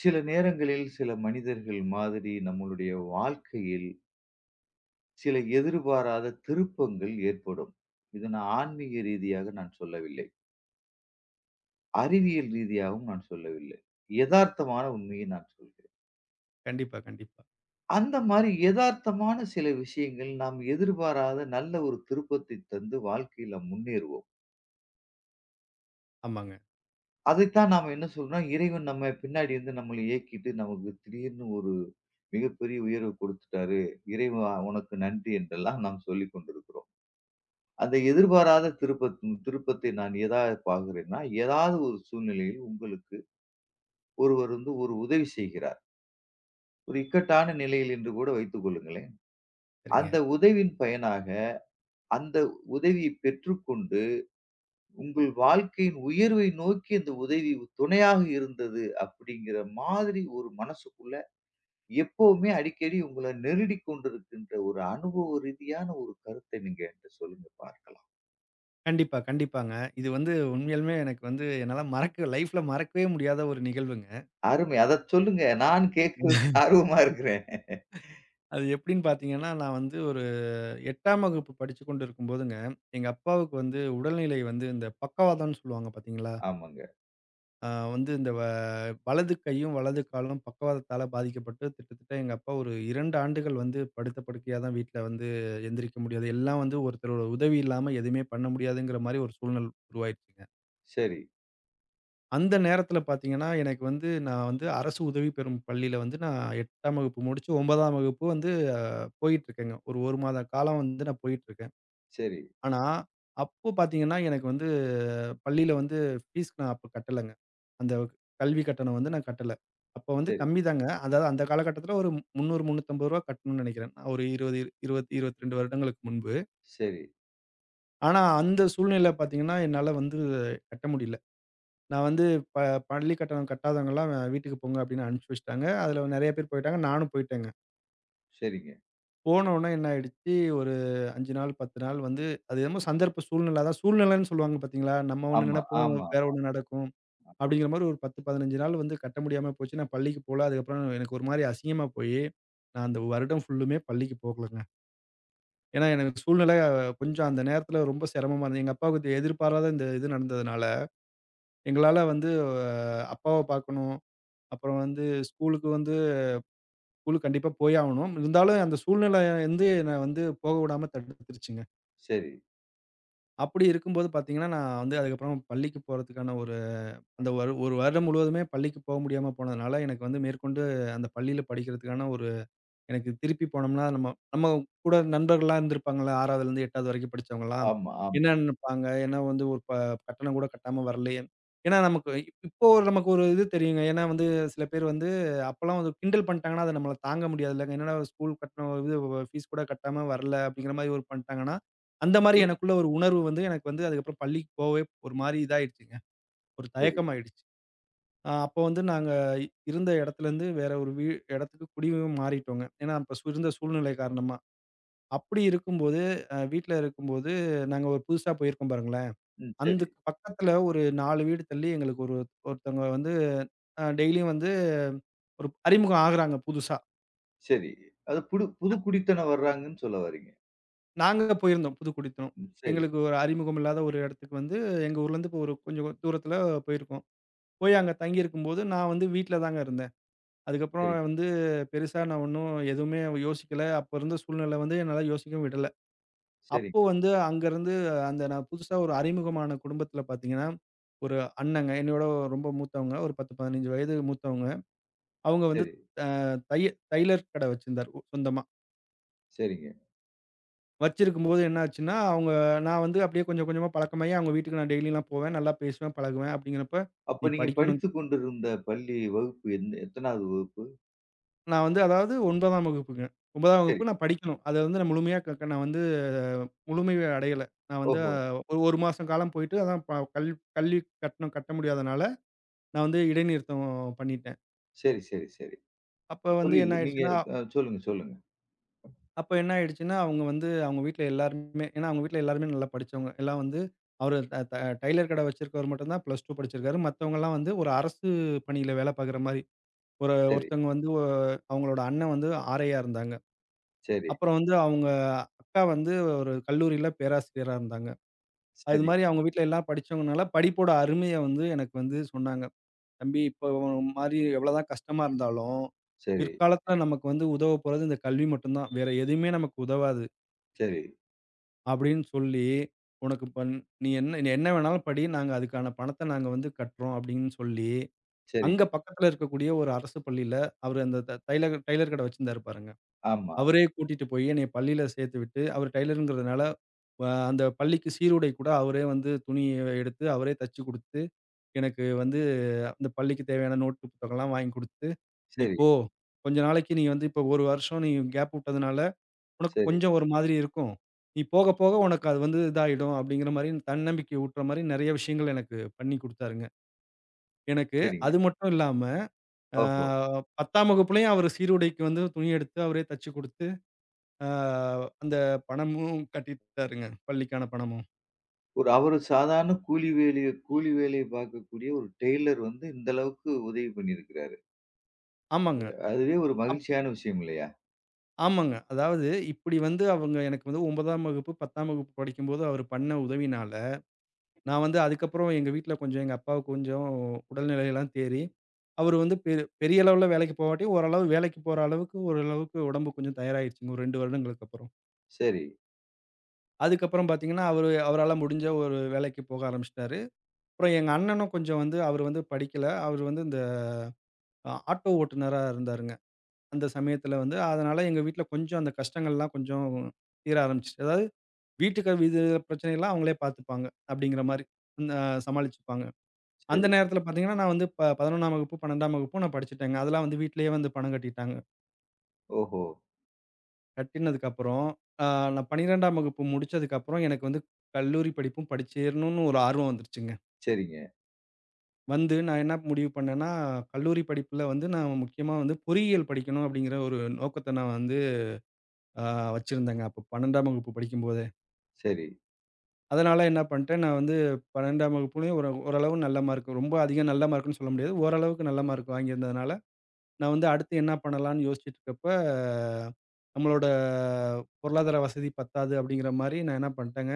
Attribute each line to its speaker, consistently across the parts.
Speaker 1: சில நேரங்களில் சில மனிதர்கள் மாதிரி நம்மளுடைய வாழ்க்கையில் சில எதிர்பாராத திருப்பங்கள் ஏற்படும். இது நான் ஆன்மீக ரீதியாக நான் சொல்லவில்லை, அறிவியல் ரீதியாகவும் நான் சொல்லவில்லை, யதார்த்தமான உண்மையை நான் சொல்கிறேன்.
Speaker 2: கண்டிப்பா, கண்டிப்பா.
Speaker 1: அந்த மாதிரி யதார்த்தமான சில விஷயங்கள் நாம் எதிர்பாராத நல்ல ஒரு திருப்பத்தை தந்து வாழ்க்கையில முன்னேறுவோம்.
Speaker 2: ஆமாங்க.
Speaker 1: அதைத்தான் நாம் என்ன சொல்றோம், இறைவன் நம்ம பின்னாடி இருந்து நம்மளை இயக்கிட்டு நமக்கு திடீர்னு ஒரு மிகப்பெரிய உயர்வு கொடுத்துட்டாரு, இறைவா உனக்கு நன்றி என்றெல்லாம் நாம் சொல்லிக் கொண்டிருக்கிறோம். அந்த எதிர்பாராத திருப்பத்தை நான் எதாவது பார்க்கிறேன்னா, ஏதாவது ஒரு சூழ்நிலையில் உங்களுக்கு ஒருவர் வந்து ஒரு உதவி செய்கிறார். ஒரு இக்கட்டான நிலையில் என்று கூட வைத்துக் கொள்ளுங்களேன்.
Speaker 2: சரிங்க.
Speaker 1: அந்த உதவியின் பயனாக, அந்த உதவியை பெற்றுக்கொண்டு, உங்கள் வாழ்க்கையின் உயர்வை நோக்கி அந்த உதவி துணையாக இருந்தது அப்படிங்கிற மாதிரி ஒரு மனசுக்குள்ள எப்பவுமே அடிக்கடி உங்கள நெருடிக் கொண்டிருக்கின்ற ஒரு அனுபவ ரீதியான ஒரு கருத்தை நீங்க என்ட்ட சொல்லுங்க பார்க்கலாம்.
Speaker 2: கண்டிப்பா, கண்டிப்பாங்க. இது வந்து உண்மையாலுமே எனக்கு வந்து என்னால மறக்க லைஃப்ல மறக்கவே முடியாத ஒரு நிகழ்வுங்க.
Speaker 1: அருமை. அதச் சொல்லுங்க. நான் கேட்கிறதுக்கு ஆர்வமா இருக்கிறேன்.
Speaker 2: அது எப்படின்னு பார்த்தீங்கன்னா, நான் வந்து ஒரு 8ஆம் வகுப்பு படிச்சு கொண்டு இருக்கும்போதுங்க, எங்க அப்பாவுக்கு வந்து உடல்நிலை வந்து இந்த பக்கவாதம்னு சொல்லுவாங்க பார்த்தீங்களா?
Speaker 1: ஆமாங்க.
Speaker 2: ஆ வந்து இந்த வலது கையும், வலது காலும் பக்கவாதத்தால பாதிக்கப்பட்டு கிட்டத்தட்ட எங்க அப்பா ஒரு 2 ஆண்டுகள் வந்து படுத்த படுக்கையா தான் வீட்ல வந்து எந்திரிக்க முடியாது. எல்லாம் வந்து ஒருத்தரோட உதவி இல்லாம எதுவுமே பண்ண முடியாதுங்கிற மாரி ஒரு சூழ்நிலை உருவாயிருச்சுங்க.
Speaker 1: சரி,
Speaker 2: அந்த நேரத்துல பார்த்தீங்கன்னா, எனக்கு வந்து நான் வந்து அரசு உதவி பெறும் பள்ளியில வந்து நான் 8ஆம் வகுப்பு முடிச்சு 9ஆம் வகுப்பு வந்து போயிட்டுருக்கேங்க. ஒரு 1 மாத காலம் வந்து நான் போயிட்டுருக்கேன்.
Speaker 1: சரி,
Speaker 2: ஆனா, அப்போ பார்த்தீங்கன்னா, எனக்கு வந்து பள்ளியில வந்து ஃபீஸ் நான் அப்போ கட்டலங்க. அந்த கல்வி கட்டணம் வந்து நான் கட்டல. அப்போ வந்து
Speaker 1: சரி,
Speaker 2: கம்மி தாங்க. அதாவது அந்த காலகட்டத்தில ஒரு ரூ. 300, ரூ. 350 கட்டணும்னு நெனைக்கிறேன். நான் ஒரு 20, 22 வருடங்களுக்கு முன்பு.
Speaker 1: சரி,
Speaker 2: ஆனா, அந்த சூழ்நிலை பார்த்தீங்கன்னா, என்னால வந்து கட்ட முடியல. நான் வந்து ப பள்ளி கட்டணம் கட்டாதவங்கலாம் வீட்டுக்கு போங்க அப்படின்னு அனுப்பிச்சு வச்சுட்டாங்க. அதுல நெறைய பேர் போயிட்டாங்க. நானும் போயிட்டேங்க.
Speaker 1: சரிங்க.
Speaker 2: போனோனே என்ன ஆயிடுச்சு, ஒரு 5 நாள், 10 நாள் வந்து அது என்னமோ சந்தர்ப்ப சூழ்நிலை அதான் சூழ்நிலைன்னு சொல்லுவாங்க பார்த்தீங்களா? நம்ம ஒண்ணு
Speaker 1: ஆமா,
Speaker 2: நெனைப்போம்,
Speaker 1: ஆமா,
Speaker 2: வேற
Speaker 1: ஆமா.
Speaker 2: ஒண்ணு நடக்கும். அப்படிங்கிற மாரி ஒரு 10, 15 நாள் வந்து கட்ட முடியாம போச்சு. நான் பள்ளிக்கு போல. அதுக்கப்புறம் எனக்கு ஒரு மாரி அசிங்கமா போயி, நான் அந்த வருடம் ஃபுல்லுமே பள்ளிக்கு போகலங்க. ஏன்னா, எனக்கு சூழ்நிலை கொஞ்சம் அந்த நேரத்துல ரொம்ப சிரமமா இருந்தது. எங்க அப்பாவுக்கு இது எதிர்பாராத இந்த இது நடந்ததுனால, எங்களால வந்து அப்பாவ பார்க்கணும். அப்புறம் வந்து ஸ்கூலுக்கு வந்து ஸ்கூலுக்கு கண்டிப்பா போய் ஆவணும். இருந்தாலும் அந்த சூழ்நிலை வந்து என்ன வந்து போக விடாம தடுத்துருச்சுங்க.
Speaker 1: சரி.
Speaker 2: அப்படி இருக்கும்போது பார்த்தீங்கன்னா, நான் வந்து அதுக்கப்புறம் பள்ளிக்கு போறதுக்கான ஒரு அந்த ஒரு 1 வருடம் முழுவதுமே பள்ளிக்கு போக முடியாம போனதுனால, எனக்கு வந்து மேற்கொண்டு அந்த பள்ளியில படிக்கிறதுக்கான ஒரு எனக்கு திருப்பி போனோம்னா, நம்ம நம்ம கூட நண்பர்கள்லாம் இருந்திருப்பாங்கள்ல 6வதுலேருந்து 8வது வரைக்கும் படிச்சவங்கலாம்.
Speaker 1: ஆமா, ஆமா.
Speaker 2: என்ன நினைப்பாங்க? ஏன்னா வந்து ஒரு கட்டணம் கூட கட்டாம வரலையே. ஏன்னா நமக்கு இப்போ ஒரு நமக்கு ஒரு இது தெரியுங்க. ஏன்னா வந்து சில பேர் வந்து அப்பலாம் வந்து கிண்டல் பண்ணிட்டாங்கன்னா, அத நம்மளால தாங்க முடியாதுல்லங்க. என்னடா ஸ்கூல் கட்டணம் இது ஃபீஸ் கூட கட்டாம வரல அப்படிங்கிற மாரி ஒரு பண்ணிட்டாங்கன்னா, அந்த மாரி
Speaker 1: நிச்சயமா.
Speaker 2: எனக்குள்ள ஒரு உணர்வு வந்து எனக்கு வந்து அதுக்கப்புறம் பள்ளிக்கு போவே ஒரு மாரி இதாயிடுச்சுங்க. ஒரு
Speaker 1: சரி.
Speaker 2: தயக்கமாயிடுச்சு. அப்போ வந்து நாங்க இருந்த இடத்துலேருந்து வேற ஒரு இடத்துக்கு குடியும் மாறிட்டோங்க. ஏன்னா, அப்ப இருந்த சூழ்நிலை காரணமா. அப்படி இருக்கும்போது, வீட்ல இருக்கும்போது நாங்க ஒரு புதுசா போயிருக்கோம் பாருங்களேன்.
Speaker 1: ம். சரி,
Speaker 2: அதுக்கு பக்கத்துல ஒரு 4 வீடு தள்ளி எங்களுக்கு ஒரு ஒருத்தவங்க வந்து டெய்லியும் வந்து ஒரு அறிமுகம் ஆகுறாங்க புதுசா.
Speaker 1: சரி. அது புது புது குடித்தனம் வர்றாங்கன்னு சொல்ல வர்றீங்க.
Speaker 2: நாங்க போயிருந்தோம் புது குடித்தனம்.
Speaker 1: ம். சரி,
Speaker 2: எங்களுக்கு ஒரு அறிமுகம் இல்லாத ஒரு இடத்துக்கு வந்து எங்க ஊர்லேருந்து இப்போ ஒரு கொஞ்சம் தூரத்துல போயிருக்கோம். போய் அங்க தங்கியிருக்கும்போது நான் வந்து வீட்ல தாங்க இருந்தேன். அதுக்கப்புறம்
Speaker 1: சரிங்க.
Speaker 2: வந்து பெருசா நான் ஒண்ணும் எதுவுமே யோசிக்கல. அப்ப இருந்த சூழ்நிலை வந்து என்னால யோசிக்கவும் விடல.
Speaker 1: சரி,
Speaker 2: அப்போ வந்து அங்கருந்து அந்த நான் புதுசா ஒரு அறிமுகமான குடும்பத்தில பார்த்தீங்கன்னா, ஒரு அண்ணங்க என்னையோட ரொம்ப மூத்தவங்க. ஒரு 10, 15 வயது மூத்தவங்க. அவங்க வந்து
Speaker 1: சரி,
Speaker 2: அ தைய டைலர் கடை வச்சிருந்தார் சொந்தமா.
Speaker 1: சரிங்க.
Speaker 2: வச்சிருக்கும்போது என்ன ஆச்சுன்னா, அவங்க நான் வந்து அப்படியே கொஞ்சம் கொஞ்சமா பழக்கமாகி அவங்க வீட்டுக்கு நான் டெய்லிலாம் போவேன். நல்லா பேசுவேன், பழகுவேன். அப்படிங்கிறப்ப, "நீ
Speaker 1: அப்ப நீங்க
Speaker 2: படிக்கணும்
Speaker 1: படித்துக் கொண்டிருந்த பள்ளி வகுப்பு என் எத்தனாவது வகுப்பு?
Speaker 2: நான் வந்து அதாவது 9ஆம் வகுப்புங்க. 9ஆம்
Speaker 1: சரி.
Speaker 2: வகுப்பு நான் படிக்கணும். அத வந்து நான் முழுமையா க க நான் வந்து முழுமை அடையல. நான் வந்து
Speaker 1: ஓஹோ!
Speaker 2: ஒரு 1 மாசம் காலம் போயிட்டு அதான் ப கல் கல்வி கட்டணம் கட்ட முடியாதனால, நான் வந்து இடைநிறுத்தம் பண்ணிட்டேன்.
Speaker 1: சரி, சரி, சரி.
Speaker 2: அப்ப வந்து
Speaker 1: புரியுது.
Speaker 2: என்ன
Speaker 1: நீங்க
Speaker 2: ஆயிடுச்சுன்னா,
Speaker 1: சொல்லுங்க, சொல்லுங்க.
Speaker 2: அப்ப என்ன ஆயிடுச்சுன்னா, அவங்க வந்து அவங்க வீட்ல எல்லாருமே ஏன்னா அவங்க வீட்ல எல்லாருமே நல்லா படிச்சவங்க. எல்லாம் வந்து அவரு ட ட டைலர் கடை வச்சிருக்கவரு மட்டும் தான் +2 படிச்சிருக்காரு. மத்தவங்கலாம் வந்து ஒரு அரசு பணியில வேலை பார்க்குற மாரி. ஒரு
Speaker 1: சரி,
Speaker 2: ஒருத்தவங்க வந்து ஒ அவங்களோட அண்ணன் வந்து ஆர்ஐயா இருந்தாங்க.
Speaker 1: சரி,
Speaker 2: அப்புறம் வந்து அவங்க அக்கா வந்து ஒரு கல்லூரியில பேராசிரியரா இருந்தாங்க. அது
Speaker 1: சரி,
Speaker 2: மாரி அவங்க வீட்ல எல்லாம் படிச்சவங்கனால படிப்போட அருமைய வந்து எனக்கு வந்து சொன்னாங்க. "தம்பி இப்போ மாரி எவ்வளோதான் கஷ்டமா இருந்தாலும்,
Speaker 1: சரி,
Speaker 2: பிற்காலத்துல நமக்கு வந்து உதவப் போறது இந்த கல்வி மட்டும் தான். வேற எதுவுமே நமக்கு உதவாது"
Speaker 1: சரி,
Speaker 2: அப்படின்னு சொல்லி, "உனக்கு இப்ப நீ என்ன வேணாலும் படி. நாங்க அதுக்கான பணத்த நாங்க வந்து கட்டுறோம்" அப்படின்னு சொல்லி, அங்க
Speaker 1: சரிங்க.
Speaker 2: பக்கத்துல இருக்கக்கூடிய ஒரு அரசு பள்ளியில அவரு அந்த த தைலக டைலர் கடை வச்சிருந்தாரு பாருங்க.
Speaker 1: ஆமா.
Speaker 2: அவரே கூட்டிட்டு போயி என்னைய பள்ளியில சேர்த்து விட்டு, அவர் டெய்லருங்கிறதுனால அந்த பள்ளிக்கு சீருடை கூட அவரே வந்து துணிய எடுத்து அவரே தச்சு குடுத்து, எனக்கு வந்து அந்த பள்ளிக்கு தேவையான நோட் புத்தகம்லாம் வாங்கி குடுத்து, "நீ
Speaker 1: சரி,
Speaker 2: போ. கொஞ்ச நாளைக்கு நீ வந்து இப்ப 1 வருஷம் நீ கேப் விட்டதுனால, உனக்கு
Speaker 1: சரி,
Speaker 2: கொஞ்சம் ஒரு மாதிரி இருக்கும். நீ போக போக உனக்கு அது வந்து இதாயிடும்." அப்படிங்கிற மாரி தன்னம்பிக்கை ஊட்டுற மாரி நெறைய விஷயங்கள் எனக்கு பண்ணி குடுத்தாருங்க. எனக்கு
Speaker 1: சரிங்க.
Speaker 2: அது மட்டும் இல்லாம,
Speaker 1: ஓஹோ!
Speaker 2: 10ஆம் வகுப்புலயும் அவரு சீருடைக்கு வந்து துணி எடுத்து அவரே தச்சு குடுத்து ஆ அந்த பணமும் கட்டிட்டாருங்க. பள்ளிக்கான பணமும்.
Speaker 1: ஒரு அவரு சாதாரண கூலி வேலைய கூலி வேலைய பார்க்கக்கூடிய ஒரு டெய்லர் வந்து இந்த அளவுக்கு உதவி பண்ணியிருக்கிறாரு.
Speaker 2: ஆமாங்க.
Speaker 1: அதுவே ஒரு
Speaker 2: அப்
Speaker 1: மகிழ்ச்சியான விஷயம் இல்லையா?
Speaker 2: ஆமாங்க. அதாவது இப்படி வந்து அவங்க எனக்கு வந்து 9ஆம் வகுப்பு, 10ஆம் வகுப்பு படிக்கும்போது அவரு பண்ண உதவினால, நான் வந்து அதுக்கப்புறம் எங்க வீட்ல கொஞ்சம் எங்க அப்பாவுக்கு கொஞ்சம் உடல்நிலையெல்லாம் தேறி, அவரு வந்து பெரிய அளவுல வேலைக்கு போகாட்டி, ஓரளவு வேலைக்கு போற அளவுக்கு ஓரளவுக்கு உடம்பு கொஞ்சம் தயாராகிடுச்சுங்க. ஒரு 2 வருடங்களுக்கு அப்புறம்.
Speaker 1: சரி,
Speaker 2: அதுக்கப்புறம் பார்த்தீங்கன்னா, அவரு அவரால முடிஞ்ச ஒரு வேலைக்கு போக ஆரம்பிச்சுட்டாரு. அப்புறம் எங்க அண்ணனும் கொஞ்சம் வந்து அவரு வந்து படிக்கல. அவரு வந்து இந்த ஆட்டோ ஓட்டுநரா இருந்தாருங்க. அந்த சமயத்துல வந்து அதனால எங்க வீட்ல கொஞ்சம் அந்த கஷ்டங்கள்லாம் கொஞ்சம் தீர ஆரம்பிச்சுச்சு. அதாவது வீட்டுக்கு இது பிரச்சனைலாம் அவங்களே பார்த்துப்பாங்க. அப்படிங்கிற மாரி அ சமாளிச்சுப்பாங்க. அந்த
Speaker 1: சரி.
Speaker 2: நேரத்துல பார்த்தீங்கன்னா, நான் வந்து 11ஆம் வகுப்பு, 12ஆம் வகுப்பும் நான் படிச்சுட்டேங்க. அதெல்லாம் வந்து வீட்லயே வந்து பணம் கட்டிட்டாங்க.
Speaker 1: ஓஹோ!
Speaker 2: கட்டினதுக்கப்புறம் அ நான் 12ஆம் வகுப்பு முடிச்சதுக்கப்புறம் எனக்கு வந்து கல்லூரி படிப்பும் படிச்சேரணும்னு ஒரு ஆர்வம் வந்துருச்சுங்க.
Speaker 1: சரிங்க.
Speaker 2: வந்து நான் என்ன முடிவு பண்ணேன்னா, கல்லூரி படிப்புல வந்து நான் முக்கியமா வந்து பொறியியல் படிக்கணும் அப்படிங்கிற ஒரு நோக்கத்த நான் வந்து அ வச்சிருந்தேங்க. அப்போ 12ஆம் வகுப்பு படிக்கும்போது.
Speaker 1: சரி,
Speaker 2: அதனால என்ன பண்ணிட்டேன், நான் வந்து 12ஆம் வகுப்புலயும் ஒரு ஓரளவு நல்ல மார்க் ரொம்ப அதிக நல்ல மார்க்ன்னு சொல்ல முடியாது. ஓரளவுக்கு நல்ல மார்க் வாங்கியிருந்ததுனால, நான் வந்து அடுத்து என்ன பண்ணலான்னு யோசிச்சுட்டு இருக்கப்ப, நம்மளோட பொருளாதார வசதி பத்தாது அப்படிங்கிற மாரி நான் என்ன பண்ணிட்டேங்க,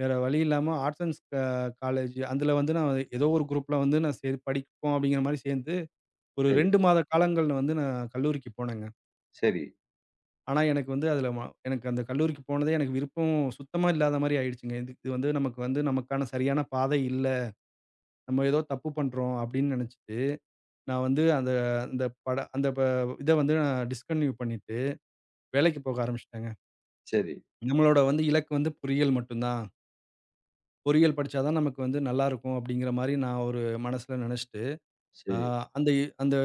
Speaker 2: வேற வழி இல்லாம ஆர்ட்ஸ் அண்ட் க காலேஜ் அதில வந்து நான் ஏதோ ஒரு குரூப்ல வந்து நான் சரி படிப்போம் அப்படிங்கிற மாரி சேர்ந்து, ஒரு
Speaker 1: சரி,
Speaker 2: 2 மாத காலங்கள்ல வந்து நான் கல்லூரிக்கு போனேங்க.
Speaker 1: சரி,
Speaker 2: ஆனா எனக்கு வந்து அதில ம எனக்கு அந்த கல்லூரிக்கு போனதே எனக்கு விருப்பம் சுத்தமா இல்லாத மாரி ஆயிடுச்சுங்க. இது இது வந்து நமக்கு வந்து நமக்கான சரியான பாதை இல்ல. நம்ம ஏதோ தப்பு பண்றோம் அப்படின்னு நினைச்சிட்டு, நான் வந்து அந்த அந்த பட அந்த ப இத வந்து நான் டிஸ்கன்டின்யூ பண்ணிட்டு, வேலைக்கு போக ஆரம்பிச்சுட்டேங்க.
Speaker 1: சரி,
Speaker 2: நம்மளோட வந்து இலக்கு வந்து பொறியியல் மட்டும்தான். பொறியியல் படிச்சா தான் நமக்கு வந்து நல்லாருக்கும் அப்படிங்கிற மாரி நான் ஒரு மனசுல நினைச்சுட்டு, அ
Speaker 1: சரி,
Speaker 2: அந்த அந்த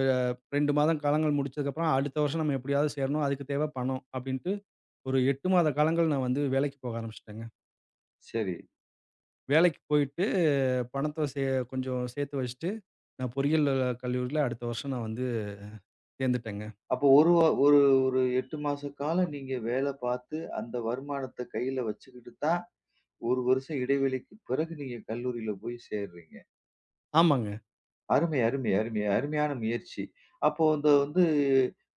Speaker 2: 2 மாத காலங்கள் முடிச்சதுக்கப்புறம், அடுத்த வருஷம் நம்ம எப்படியாவது சேரணும். அதுக்கு தேவ பணம் அப்படின்ட்டு, ஒரு 8 மாத காலங்கள் நான் வந்து வேலைக்கு போக ஆரம்பிச்சுட்டேங்க.
Speaker 1: சரி.
Speaker 2: வேலைக்கு போயிட்டு பணத்த சே கொஞ்சம் சேர்த்து வச்சுட்டு, நான் பொறியியல் கல்லூரியில அடுத்த வருஷம் நான் வந்து சேர்ந்துட்டேங்க.
Speaker 1: அப்போ ஒரு வ ஒரு ஒரு 8 மாச காலம் நீங்க வேலை பார்த்து, அந்த வருமானத்த கையில வச்சுக்கிட்டு தான், 1 வருஷம் இடைவெளிக்கு பிறகு நீங்க கல்லூரியில போய் சேர்றீங்க.
Speaker 2: ஆமாங்க,
Speaker 1: அருமை, அருமை, அருமை. அருமையான முயற்சி. அப்போ அந்த வந்து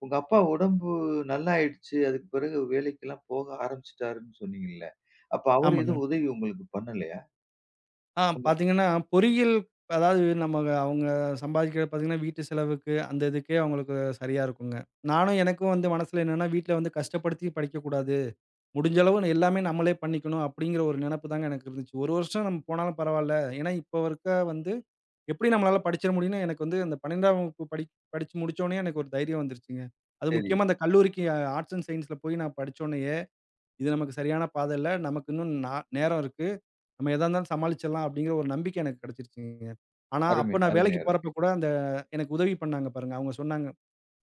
Speaker 1: உங்க அப்பா உடம்பு நல்லாயிடுச்சு. அதுக்கு பிறகு வேலைக்கெல்லாம் போக ஆரம்பிச்சுட்டாருன்னு சொன்னீங்கல்ல. அப்ப அவரு
Speaker 2: ஆமாங்க.
Speaker 1: எதுவும் உதவி உங்களுக்கு பண்ணலையா?
Speaker 2: ஆ
Speaker 1: உங்க
Speaker 2: பார்த்தீங்கன்னா, பொறியியல் அதாவது நம்ம அவங்க சம்பாதிக்கிறது பார்த்தீங்கன்னா, வீட்டு செலவுக்கு அந்த இதுக்கே அவங்களுக்கு சரியா இருக்குங்க. நானும் எனக்கும் வந்து மனசுல என்னன்னா, வீட்ல வந்து கஷ்டப்படுத்தி படிக்கக்கூடாது. முடிஞ்ச அளவு எல்லாமே நம்மளே பண்ணிக்கணும் அப்படிங்கிற ஒரு நெனப்பு தாங்க எனக்கு இருந்துச்சு. ஒரு வருஷம் நம்ம போனாலும் பரவால்ல. ஏன்னா, இப்ப இருக்க வந்து எப்படி நம்மளால படிச்சிட முடியும்னு எனக்கு வந்து அந்த 12ஆம் வகுப்பு படிச்சு முடிச்சோனயே எனக்கு ஒரு தைரியம் வந்துருச்சுங்க. அது
Speaker 1: சரி.
Speaker 2: முக்கியமா அந்த கல்லூரிக்கு ஆர்ட்ஸ் அண்ட் சயன்ஸ்ல போய் நான் படிச்சோனயே, இது நமக்கு சரியான பாதை இல்ல. நமக்கு இன்னும் நேரம் இருக்கு. நம்ம எதா இருந்தாலும் சமாளிச்சிடலாம் அப்படிங்கிற ஒரு நம்பிக்கை எனக்கு கிடைச்சிருச்சுங்க. ஆனா,
Speaker 1: அருமை,
Speaker 2: அப்ப நான்
Speaker 1: அருமை,
Speaker 2: வேலைக்கு
Speaker 1: அருமை.
Speaker 2: போறப்ப கூட அந்த எனக்கு உதவி பண்ணாங்க பாருங்க. அவங்க சொன்னாங்க,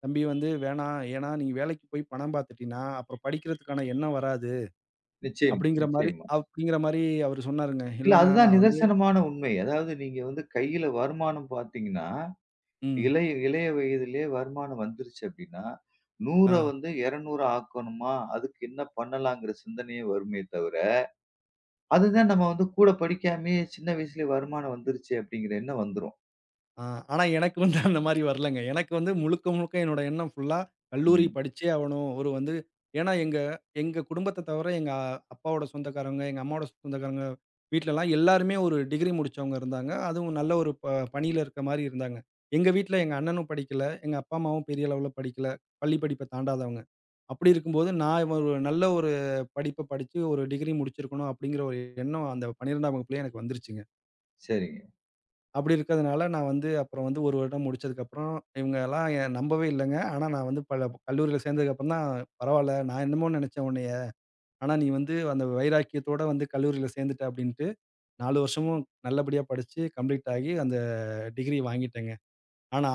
Speaker 2: "தம்பி வந்து வேணாம். ஏன்னா நீ வேலைக்கு போய் பணம் பார்த்துட்டீன்னா, அப்புறம் படிக்கிறதுக்கான எண்ணம் வராது."
Speaker 1: நிச்சயமா,
Speaker 2: அப்படிங்கிற மாரி
Speaker 1: நிச்சயமா.
Speaker 2: அப்படிங்கிற மாரி அவரு சொன்னாருங்க.
Speaker 1: இல்ல
Speaker 2: இல்லன்னா
Speaker 1: அதுதான்
Speaker 2: நான் வந்து
Speaker 1: நிதர்சனமான உண்மை. அதாவது நீங்க வந்து கையில வருமானம் பார்த்தீங்கன்னா,
Speaker 2: ம்.
Speaker 1: இளைய இளைய வயதிலேயே வருமானம் வந்துருச்சு அப்படின்னா, 100
Speaker 2: ஆ.
Speaker 1: வந்து 200 ஆக்கணுமா? அதுக்கு என்ன பண்ணலாங்கிற சிந்தனையே வருமே தவிர, அதுதான் நம்ம வந்து கூட படிக்காமயே சின்ன வயசுலயே வருமானம் வந்துருச்சே அப்படிங்கிற எண்ணம் வந்துரும்.
Speaker 2: ஆ, ஆனா எனக்கு வந்து அந்த மாரி வரலங்க. எனக்கு வந்து முழுக்க, முழுக்க என்னோட எண்ணம் ஃபுல்லா கல்லூரி
Speaker 1: ம்.
Speaker 2: படிச்சே ஆவணும். ஒரு வந்து ஏன்னா எங்க எங்க குடும்பத்த தவிர எங்க அப்பாவோட சொந்தக்காரங்க, எங்க அம்மாவோட சொந்தக்காரங்க வீட்லலாம் எல்லாருமே ஒரு டிகிரி முடிச்சவங்க இருந்தாங்க. அதுவும் நல்ல ஒரு பணியில இருக்க மாரி இருந்தாங்க. எங்க வீட்ல எங்க அண்ணனும் படிக்கல. எங்க அப்பா, அம்மாவும் பெரிய அளவுல படிக்கல. பள்ளி படிப்ப தாண்டாதவங்க. அப்படி இருக்கும்போது நான் ஒரு நல்ல ஒரு படிப்ப படிச்சு ஒரு டிகிரி முடிச்சிருக்கணும் அப்படிங்கிற ஒரு எண்ணம் அந்த 12ஆம் வகுப்புலயே எனக்கு வந்துருச்சுங்க.
Speaker 1: சரிங்க.
Speaker 2: அப்படி இருக்கிறதுனால நான் வந்து அப்புறம் வந்து 1 வருடம் முடிச்சதுக்கப்புறம், இவங்கலாம் நம்பவே இல்லங்க. ஆனா நான் வந்து பல கல்லூரியில சேர்ந்ததுக்கப்புறம் தான் பரவால்ல, நான் என்னமோ நினைச்சேன் உன்னைய. ஆனா நீ வந்து அந்த வைராக்கியத்தோட வந்து கல்லூரியில சேர்ந்துட்ட அப்படின்ட்டு 4 வருஷமும் நல்லபடியா படிச்சு கம்ப்ளீட் ஆகி அந்த டிகிரி வாங்கிட்டேங்க. ஆனா,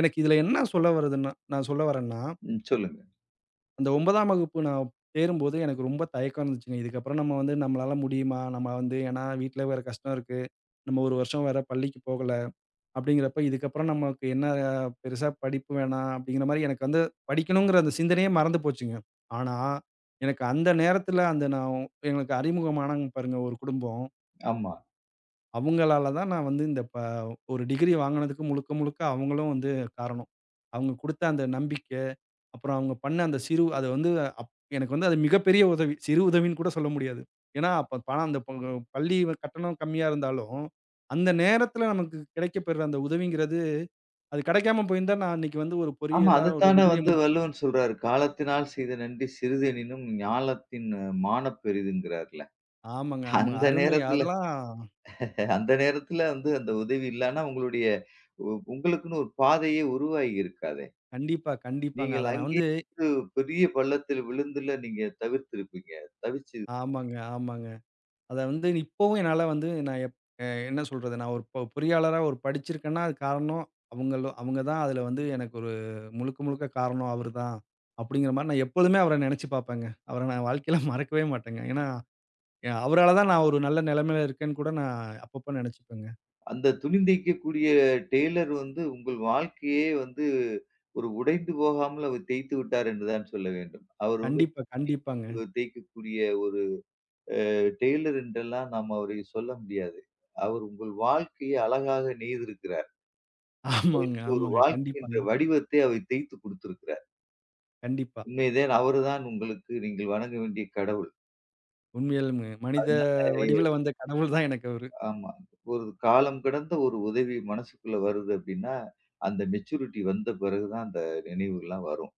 Speaker 2: எனக்கு இதுல என்ன சொல்ல வருதுன்னா நான் சொல்ல வரேன்னா,
Speaker 1: ம். சொல்லுங்க.
Speaker 2: அந்த 9ஆம் வகுப்பு நான் சேரும்போது எனக்கு ரொம்ப தயக்கம் இருந்துச்சுங்க. இதுக்கப்புறம் நம்ம வந்து நம்மளால முடியுமா? நம்ம வந்து ஏன்னா வீட்ல வேற கஷ்டம் இருக்கு. நம்ம 1 வருஷம் வேற பள்ளிக்கு போகல. அப்படிங்கிறப்ப, இதுக்கப்புறம் நமக்கு என்ன பெருசா படிப்பு வேணாம் அப்படிங்கிற மாரி எனக்கு வந்து படிக்கணுங்கிற அந்த சிந்தனையே மறந்து போச்சுங்க. ஆனா, எனக்கு அந்த நேரத்துல அந்த நான் எனக்கு அறிமுகமானாங்க பாருங்க ஒரு குடும்பம்.
Speaker 1: ஆமா,
Speaker 2: அவங்களால தான் நான் வந்து இந்த ப ஒரு டிகிரி வாங்குனதுக்கு முழுக்க முழுக்க அவங்களும் வந்து காரணம். அவங்க குடுத்த அந்த நம்பிக்க அப்புறம் அவங்க பண்ண அந்த சிறு அது வந்து அப் எனக்கு வந்து அது மிகப்பெரிய உதவி. சிறு உதவின்னு கூட சொல்ல முடியாது. ஏன்னா, அப்ப பணம் அந்த பள்ளி கட்டணம் கம்மியா இருந்தாலும், அந்த நேரத்தில நமக்கு கிடைக்கப்பெற அந்த உதவிங்கிறது, அது கிடைக்காம போயிருந்தா நான் இன்னைக்கு வந்து ஒரு
Speaker 1: ஆமா.
Speaker 2: பொறியியலா ஒரு
Speaker 1: அதத்தானே
Speaker 2: டிகிரிய
Speaker 1: வந்து
Speaker 2: முடிச்சு
Speaker 1: வள்ளுவன் சொல்றாரு. "காலத்தினால் செய்த நன்றி சிறிதெனினும் ஞாலத்தின் மாணப் பெரிதுங்கிறார்ல."
Speaker 2: ஆமாங்க, ஆமாங்க.
Speaker 1: அந்த
Speaker 2: அருமை.
Speaker 1: நேரத்துல,
Speaker 2: அதெல்லாம்
Speaker 1: அந்த நேரத்துல வந்து அந்த உதவி இல்லன்னா உங்களுடைய உங்களுக்குன்னு ஒரு பாதையே உருவாகி இருக்காதே.
Speaker 2: கண்டிப்பா, கண்டிப்பாங்க.
Speaker 1: நீங்கள்
Speaker 2: அத நான்
Speaker 1: அங்கேயே
Speaker 2: வந்து
Speaker 1: வந்து பெரிய பள்ளத்தில் விழுந்துல நீங்க தவிர்த்திருப்பீங்க. தவிச்சு
Speaker 2: ஆமாங்க, ஆமாங்க. அத வந்து இப்பவும் என்னால வந்து நான் எப் அ என்ன சொல்றது? நான் ஒரு பொறியாளரா ஒரு படிச்சிருக்கேன்னா, அது காரணம் அவங்க தான் அதுல வந்து எனக்கு ஒரு முழுக்க முழுக்க காரணம் அவரு தான். அப்படிங்கிற மாரி நான் எப்பொழுதுமே அவர நெனச்சு பாப்பேங்க. அவர நான் வாழ்க்கையில மறக்கவே மாட்டேங்க. ஏன்னா, அவரால தான் நான் ஒரு நல்ல நிலைமையில இருக்கேன்னு கூட நான் அப்பப்ப நெனச்சுப்பேங்க.
Speaker 1: அந்த துணி தைக்கக்கூடிய டெய்லர் வந்து உங்கள் வாழ்க்கையே வந்து ஒரு உடைந்து போகாமல் அவர் தேய்த்து விட்டார் என்றுதான் சொல்ல வேண்டும். அவர் வந்து
Speaker 2: கண்டிப்பா, கண்டிப்பாங்க.
Speaker 1: ஒரு தேய்க்கக்கூடிய ஒரு டெய்லர் என்றெல்லாம் நாம் அவரை சொல்ல முடியாது. அவர் உங்கள் வாழ்க்கையை அழகாக நெய்திருக்கிறார்.
Speaker 2: ஆமாங்க,
Speaker 1: உங்களுக்கு ஒரு
Speaker 2: ஆமாங்க.
Speaker 1: வாழ்க்கை என்ற
Speaker 2: கண்டிப்பாங்க.
Speaker 1: வடிவத்தை அவர் தேய்த்து கொடுத்திருக்கிறார்.
Speaker 2: கண்டிப்பா.
Speaker 1: உண்மைதான், அவர்தான் உங்களுக்கு நீங்கள் வணங்க வேண்டிய கடவுள்.
Speaker 2: உண்மையாலுமே மனித
Speaker 1: அதனால
Speaker 2: வடிவில வந்த கடவுள் தான் எனக்கு அவரு.
Speaker 1: ஆமா. ஒரு காலம் கடந்த ஒரு உதவி மனசுக்குள்ள வருது அப்படின்னா, அந்த மெச்சூரிட்டி வந்த பிறகு தான் அந்த நினைவுகள்லாம் வரும்.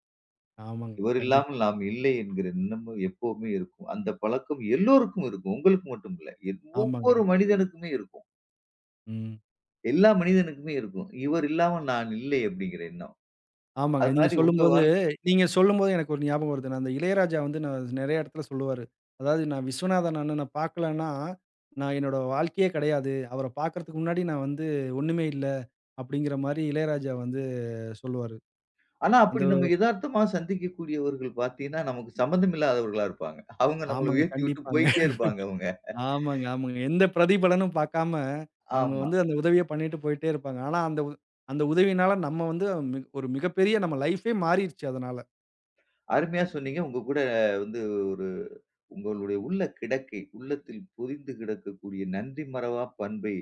Speaker 2: ஆமாங்க.
Speaker 1: இவர்
Speaker 2: கண்டிப்பா.
Speaker 1: இல்லாமல் நாம் இல்லை என்கிற எண்ணமும் எப்பவுமே இருக்கும். அந்த பழக்கம் எல்லோருக்கும் இருக்கும். உங்களுக்கு மட்டும் இல்ல.
Speaker 2: ஆமாங்க.
Speaker 1: ஒவ்வொரு மனிதனுக்குமே இருக்கும்.
Speaker 2: ம்.
Speaker 1: எல்லா மனிதனுக்குமே இருக்கும். இவர் இல்லாமல் நான் இல்லை அப்படிங்கிற எண்ணம்.
Speaker 2: ஆமாங்க.
Speaker 1: அது மாரி உங்க வாழ்
Speaker 2: நீங்க சொல்லும்போது எனக்கு ஒரு ஞாபகம் வருது. நான் அந்த இளையராஜா வந்து நான் நெறைய இடத்துல சொல்லுவாரு. அதாவது நான் விஸ்வநாதன் அண்ணன பார்க்கலன்னா, நான் என்னோட வாழ்க்கையே கிடையாது. அவர பார்க்கறதுக்கு முன்னாடி நான் வந்து ஒண்ணுமே இல்ல. அப்படிங்கிற மாரி இளையராஜா வந்து சொல்லுவாரு.
Speaker 1: ஆனா
Speaker 2: அந்த
Speaker 1: அப்படி நம்ம எதார்த்தமா சந்திக்கக்கூடியவர்கள் பார்த்தீங்கன்னா, நமக்கு சம்மந்தம் இல்லாதவர்களா இருப்பாங்க. அவங்க நம்மள
Speaker 2: ஆமாங்க.
Speaker 1: உயர்த்தி விட்டு
Speaker 2: கண்டிப்பாங்க.
Speaker 1: போயிட்டே இருப்பாங்க அவங்க.
Speaker 2: ஆமாங்க, ஆமாங்க. எந்த பிரதிபலனும் பார்க்காம, அவங்க
Speaker 1: ஆமா.
Speaker 2: வந்து அந்த உதவிய பண்ணிட்டு போயிட்டே இருப்பாங்க. ஆனா அந்த உதவியினால நம்ம வந்து மிக ஒரு மிகப்பெரிய நம்ம லைஃபே மாறிருச்சு அதனால.
Speaker 1: அருமையா சொன்னீங்க. உங்க கூட வந்து ஒரு உங்களுடைய உள்ள கிடக்கை, உள்ளத்தில் பொதிந்து கிடக்கக்கூடிய நன்றி மறவா பண்பை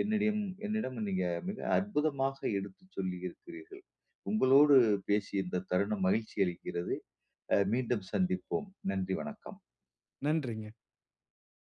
Speaker 1: என்னிடம் என்னிடம் நீங்க மிக அற்புதமாக எடுத்துச் சொல்லியிருக்கிறீர்கள். உங்களோடு பேசிய இந்த தருணம் மகிழ்ச்சி அளிக்கிறது. மீண்டும் சந்திப்போம். நன்றி, வணக்கம்.
Speaker 2: நன்றிங்க.